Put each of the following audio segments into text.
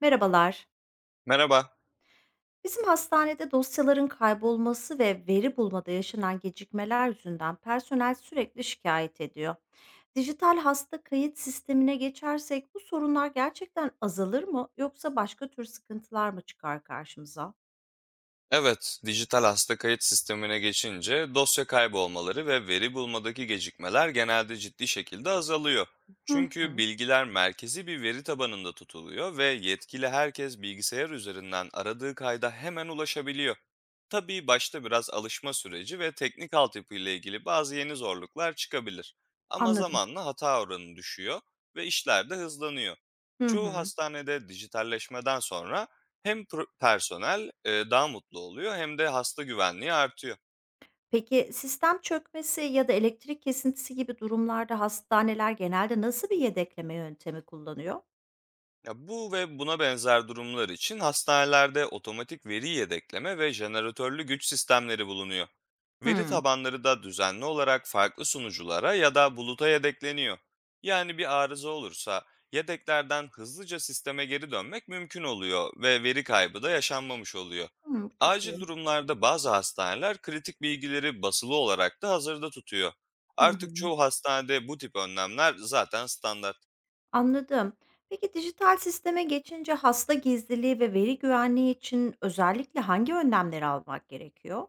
Merhabalar. Merhaba. Bizim hastanede dosyaların kaybolması ve veri bulmada yaşanan gecikmeler yüzünden personel sürekli şikayet ediyor. Dijital hasta kayıt sistemine geçersek bu sorunlar gerçekten azalır mı yoksa başka tür sıkıntılar mı çıkar karşımıza? Evet, dijital hasta kayıt sistemine geçince dosya kaybolmaları ve veri bulmadaki gecikmeler genelde ciddi şekilde azalıyor. Hı Çünkü hı. bilgiler merkezi bir veri tabanında tutuluyor ve yetkili herkes bilgisayar üzerinden aradığı kayda hemen ulaşabiliyor. Tabii başta biraz alışma süreci ve teknik altyapı ile ilgili bazı yeni zorluklar çıkabilir. Ama Anladım. zamanla hata oranı düşüyor ve işler de hızlanıyor. Hı Çoğu hı. hastanede dijitalleşmeden sonra hem personel, daha mutlu oluyor, hem de hasta güvenliği artıyor. Peki sistem çökmesi ya da elektrik kesintisi gibi durumlarda hastaneler genelde nasıl bir yedekleme yöntemi kullanıyor? Ya bu ve buna benzer durumlar için hastanelerde otomatik veri yedekleme ve jeneratörlü güç sistemleri bulunuyor. Veri Hı. tabanları da düzenli olarak farklı sunuculara ya da buluta yedekleniyor. Yani bir arıza olursa yedeklerden hızlıca sisteme geri dönmek mümkün oluyor ve veri kaybı da yaşanmamış oluyor. Hı, bu çok Acil iyi. durumlarda bazı hastaneler kritik bilgileri basılı olarak da hazırda tutuyor. Hı Artık hı. çoğu hastanede bu tip önlemler zaten standart. Anladım. Peki dijital sisteme geçince hasta gizliliği ve veri güvenliği için özellikle hangi önlemleri almak gerekiyor?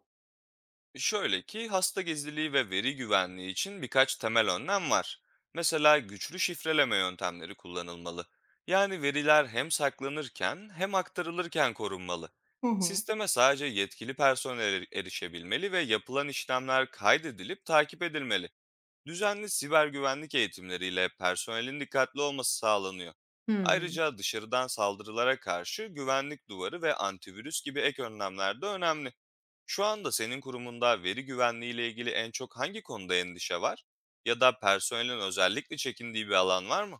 Şöyle ki, hasta gizliliği ve veri güvenliği için birkaç temel önlem var. Mesela güçlü şifreleme yöntemleri kullanılmalı. Yani veriler hem saklanırken hem aktarılırken korunmalı. Hı hı. Sisteme sadece yetkili personel erişebilmeli ve yapılan işlemler kaydedilip takip edilmeli. Düzenli siber güvenlik eğitimleriyle personelin dikkatli olması sağlanıyor. Hımm. Ayrıca dışarıdan saldırılara karşı güvenlik duvarı ve antivirüs gibi ek önlemler de önemli. Şu anda senin kurumunda veri güvenliği ile ilgili en çok hangi konuda endişe var? Ya da personelin özellikle çekindiği bir alan var mı?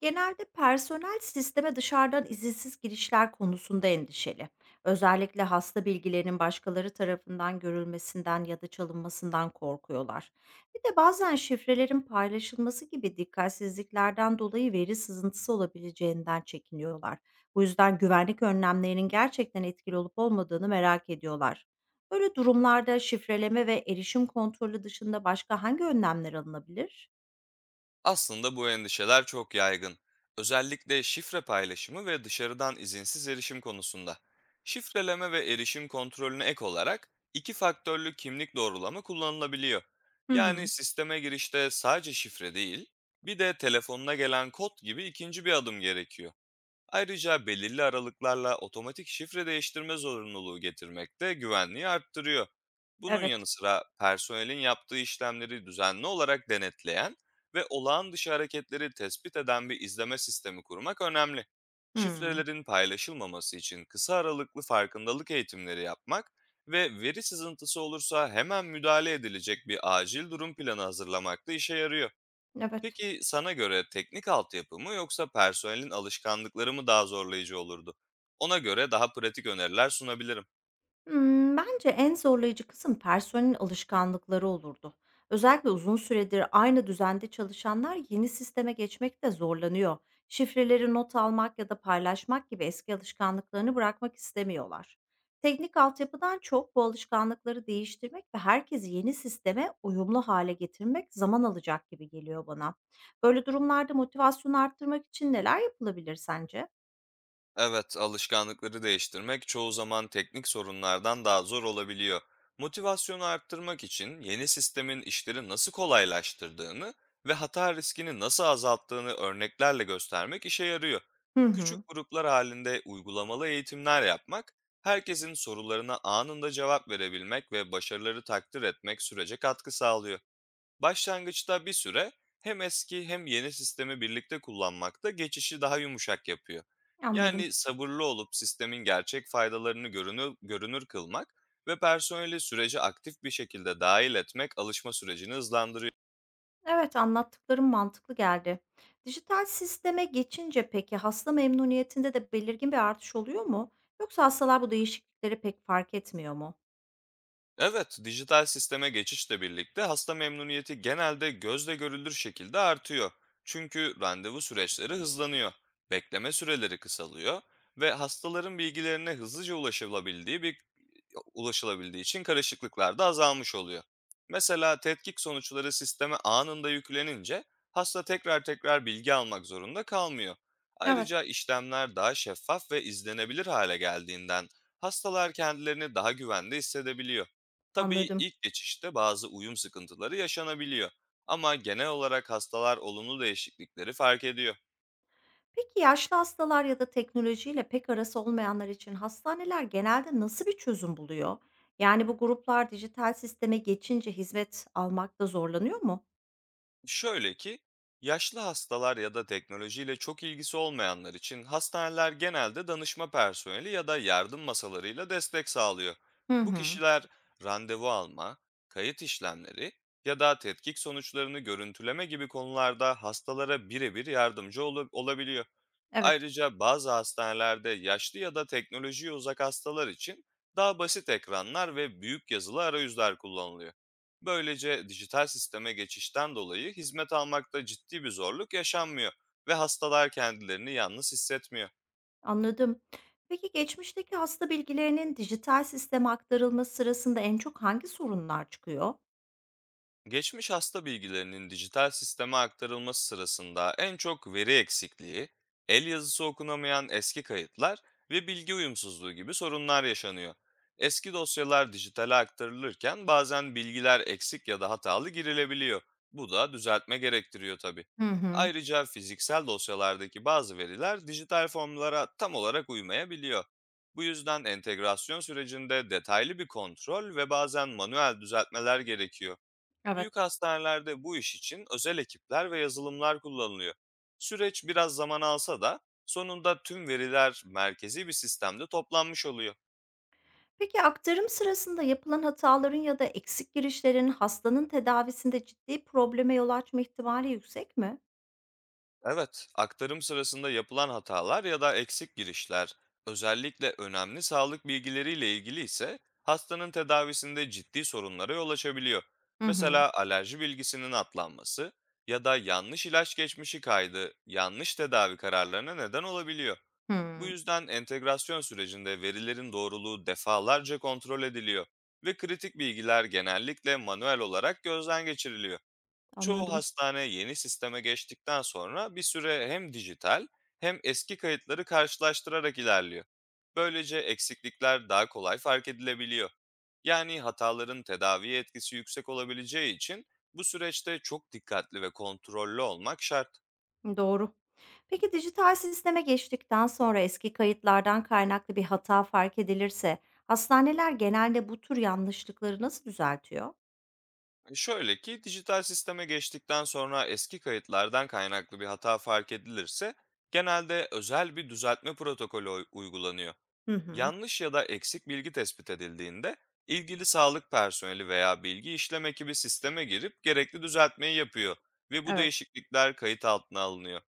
Genelde personel sisteme dışarıdan izinsiz girişler konusunda endişeli. Özellikle hasta bilgilerinin başkaları tarafından görülmesinden ya da çalınmasından korkuyorlar. Bir de bazen şifrelerin paylaşılması gibi dikkatsizliklerden dolayı veri sızıntısı olabileceğinden çekiniyorlar. Bu yüzden güvenlik önlemlerinin gerçekten etkili olup olmadığını merak ediyorlar. Böyle durumlarda şifreleme ve erişim kontrolü dışında başka hangi önlemler alınabilir? Aslında bu endişeler çok yaygın. Özellikle şifre paylaşımı ve dışarıdan izinsiz erişim konusunda. Şifreleme ve erişim kontrolüne ek olarak iki faktörlü kimlik doğrulama kullanılabiliyor. Hı Yani hı, sisteme girişte sadece şifre değil, bir de telefonuna gelen kod gibi ikinci bir adım gerekiyor. Ayrıca belirli aralıklarla otomatik şifre değiştirme zorunluluğu getirmek de güvenliği arttırıyor. Bunun evet. yanı sıra personelin yaptığı işlemleri düzenli olarak denetleyen ve olağan dışı hareketleri tespit eden bir izleme sistemi kurmak önemli. Hmm, Şifrelerin paylaşılmaması için kısa aralıklı farkındalık eğitimleri yapmak ve veri sızıntısı olursa hemen müdahale edilecek bir acil durum planı hazırlamak da işe yarıyor. evet. Peki sana göre teknik altyapı mı yoksa personelin alışkanlıkları mı daha zorlayıcı olurdu? Ona göre daha pratik öneriler sunabilirim. Bence en zorlayıcı kısım personelin alışkanlıkları olurdu. Özellikle uzun süredir aynı düzende çalışanlar yeni sisteme geçmekte zorlanıyor. Şifreleri not almak ya da paylaşmak gibi eski alışkanlıklarını bırakmak istemiyorlar. Teknik altyapıdan çok bu alışkanlıkları değiştirmek ve herkesi yeni sisteme uyumlu hale getirmek zaman alacak gibi geliyor bana. Böyle durumlarda motivasyonu arttırmak için neler yapılabilir sence? Evet, alışkanlıkları değiştirmek çoğu zaman teknik sorunlardan daha zor olabiliyor. Motivasyonu arttırmak için yeni sistemin işleri nasıl kolaylaştırdığını ve hata riskini nasıl azalttığını örneklerle göstermek işe yarıyor. Hı Küçük hı. gruplar halinde uygulamalı eğitimler yapmak, herkesin sorularına anında cevap verebilmek ve başarıları takdir etmek sürece katkı sağlıyor. Başlangıçta bir süre hem eski hem yeni sistemi birlikte kullanmak da geçişi daha yumuşak yapıyor. Anladım. Yani sabırlı olup sistemin gerçek faydalarını görünür kılmak ve personeli sürece aktif bir şekilde dahil etmek alışma sürecini hızlandırıyor. Evet, anlattıklarım mantıklı geldi. Dijital sisteme geçince peki hasta memnuniyetinde de belirgin bir artış oluyor mu? Yoksa hastalar bu değişiklikleri pek fark etmiyor mu? Evet, dijital sisteme geçişle birlikte hasta memnuniyeti genelde gözle görülür şekilde artıyor. Çünkü randevu süreçleri hızlanıyor, bekleme süreleri kısalıyor ve hastaların bilgilerine hızlıca ulaşılabildiği için karışıklıklar da azalmış oluyor. Mesela tetkik sonuçları sisteme anında yüklenince hasta tekrar tekrar bilgi almak zorunda kalmıyor. Evet. Ayrıca işlemler daha şeffaf ve izlenebilir hale geldiğinden hastalar kendilerini daha güvende hissedebiliyor. Tabii Anladım. ilk geçişte bazı uyum sıkıntıları yaşanabiliyor ama genel olarak hastalar olumlu değişiklikleri fark ediyor. Peki yaşlı hastalar ya da teknolojiyle pek arası olmayanlar için hastaneler genelde nasıl bir çözüm buluyor? Yani bu gruplar dijital sisteme geçince hizmet almakta zorlanıyor mu? Şöyle ki, yaşlı hastalar ya da teknolojiyle çok ilgisi olmayanlar için hastaneler genelde danışma personeli ya da yardım masalarıyla destek sağlıyor. Hı Bu hı. kişiler randevu alma, kayıt işlemleri ya da tetkik sonuçlarını görüntüleme gibi konularda hastalara birebir yardımcı olabiliyor. Evet. Ayrıca bazı hastanelerde yaşlı ya da teknolojiye uzak hastalar için daha basit ekranlar ve büyük yazılı arayüzler kullanılıyor. Böylece dijital sisteme geçişten dolayı hizmet almakta ciddi bir zorluk yaşanmıyor ve hastalar kendilerini yalnız hissetmiyor. Anladım. Peki geçmişteki hasta bilgilerinin dijital sisteme aktarılması sırasında en çok hangi sorunlar çıkıyor? Geçmiş hasta bilgilerinin dijital sisteme aktarılması sırasında en çok veri eksikliği, el yazısı okunamayan eski kayıtlar ve bilgi uyumsuzluğu gibi sorunlar yaşanıyor. Eski dosyalar dijitale aktarılırken bazen bilgiler eksik ya da hatalı girilebiliyor. Bu da düzeltme gerektiriyor tabii. Hı hı. Ayrıca fiziksel dosyalardaki bazı veriler dijital formlara tam olarak uymayabiliyor. Bu yüzden entegrasyon sürecinde detaylı bir kontrol ve bazen manuel düzeltmeler gerekiyor. Büyük hastanelerde bu iş için özel ekipler ve yazılımlar kullanılıyor. Süreç biraz zaman alsa da sonunda tüm veriler merkezi bir sistemde toplanmış oluyor. Peki aktarım sırasında yapılan hataların ya da eksik girişlerin hastanın tedavisinde ciddi probleme yol açma ihtimali yüksek mi? Evet, aktarım sırasında yapılan hatalar ya da eksik girişler, özellikle önemli sağlık bilgileriyle ilgili ise hastanın tedavisinde ciddi sorunlara yol açabiliyor. Hı hı. Mesela alerji bilgisinin atlanması ya da yanlış ilaç geçmişi kaydı yanlış tedavi kararlarına neden olabiliyor. Bu Hı. yüzden entegrasyon sürecinde verilerin doğruluğu defalarca kontrol ediliyor ve kritik bilgiler genellikle manuel olarak gözden geçiriliyor. Çoğu Anladım. hastane yeni sisteme geçtikten sonra bir süre hem dijital hem eski kayıtları karşılaştırarak ilerliyor. Böylece eksiklikler daha kolay fark edilebiliyor. Yani hataların tedavi etkisi yüksek olabileceği için bu süreçte çok dikkatli ve kontrollü olmak şart. Doğru. Peki dijital sisteme geçtikten sonra eski kayıtlardan kaynaklı bir hata fark edilirse hastaneler genelde bu tür yanlışlıkları nasıl düzeltiyor? Şöyle ki, dijital sisteme geçtikten sonra eski kayıtlardan kaynaklı bir hata fark edilirse genelde özel bir düzeltme protokolü uygulanıyor. Hı hı. Yanlış ya da eksik bilgi tespit edildiğinde ilgili sağlık personeli veya bilgi işlem ekibi sisteme girip gerekli düzeltmeyi yapıyor ve bu Evet. değişiklikler kayıt altına alınıyor.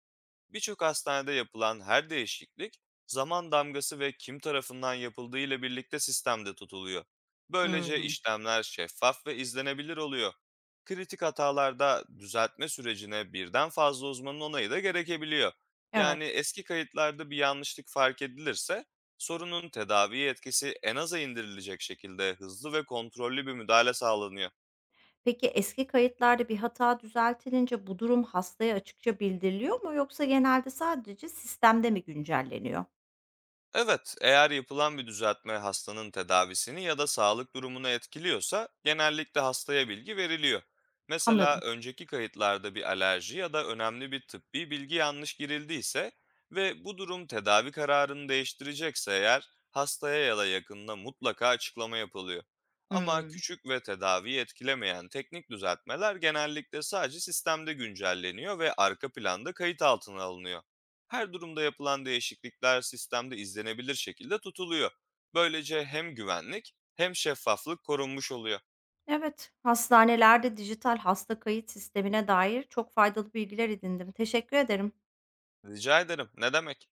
Birçok hastanede yapılan her değişiklik zaman damgası ve kim tarafından yapıldığı ile birlikte sistemde tutuluyor. Böylece Hı. işlemler şeffaf ve izlenebilir oluyor. Kritik hatalarda düzeltme sürecine birden fazla uzmanın onayı da gerekebiliyor. Evet. Yani eski kayıtlarda bir yanlışlık fark edilirse sorunun tedavi etkisi en aza indirilecek şekilde hızlı ve kontrollü bir müdahale sağlanıyor. Peki eski kayıtlarda bir hata düzeltilince bu durum hastaya açıkça bildiriliyor mu yoksa genelde sadece sistemde mi güncelleniyor? Evet, eğer yapılan bir düzeltme hastanın tedavisini ya da sağlık durumunu etkiliyorsa genellikle hastaya bilgi veriliyor. Mesela Anladım. önceki kayıtlarda bir alerji ya da önemli bir tıbbi bilgi yanlış girildiyse ve bu durum tedavi kararını değiştirecekse eğer hastaya ya da yakınına mutlaka açıklama yapılıyor. Ama Hımm. küçük ve tedaviyi etkilemeyen teknik düzeltmeler genellikle sadece sistemde güncelleniyor ve arka planda kayıt altına alınıyor. Her durumda yapılan değişiklikler sistemde izlenebilir şekilde tutuluyor. Böylece hem güvenlik hem şeffaflık korunmuş oluyor. Evet, hastanelerde dijital hasta kayıt sistemine dair çok faydalı bilgiler edindim. Teşekkür ederim. Rica ederim. Ne demek?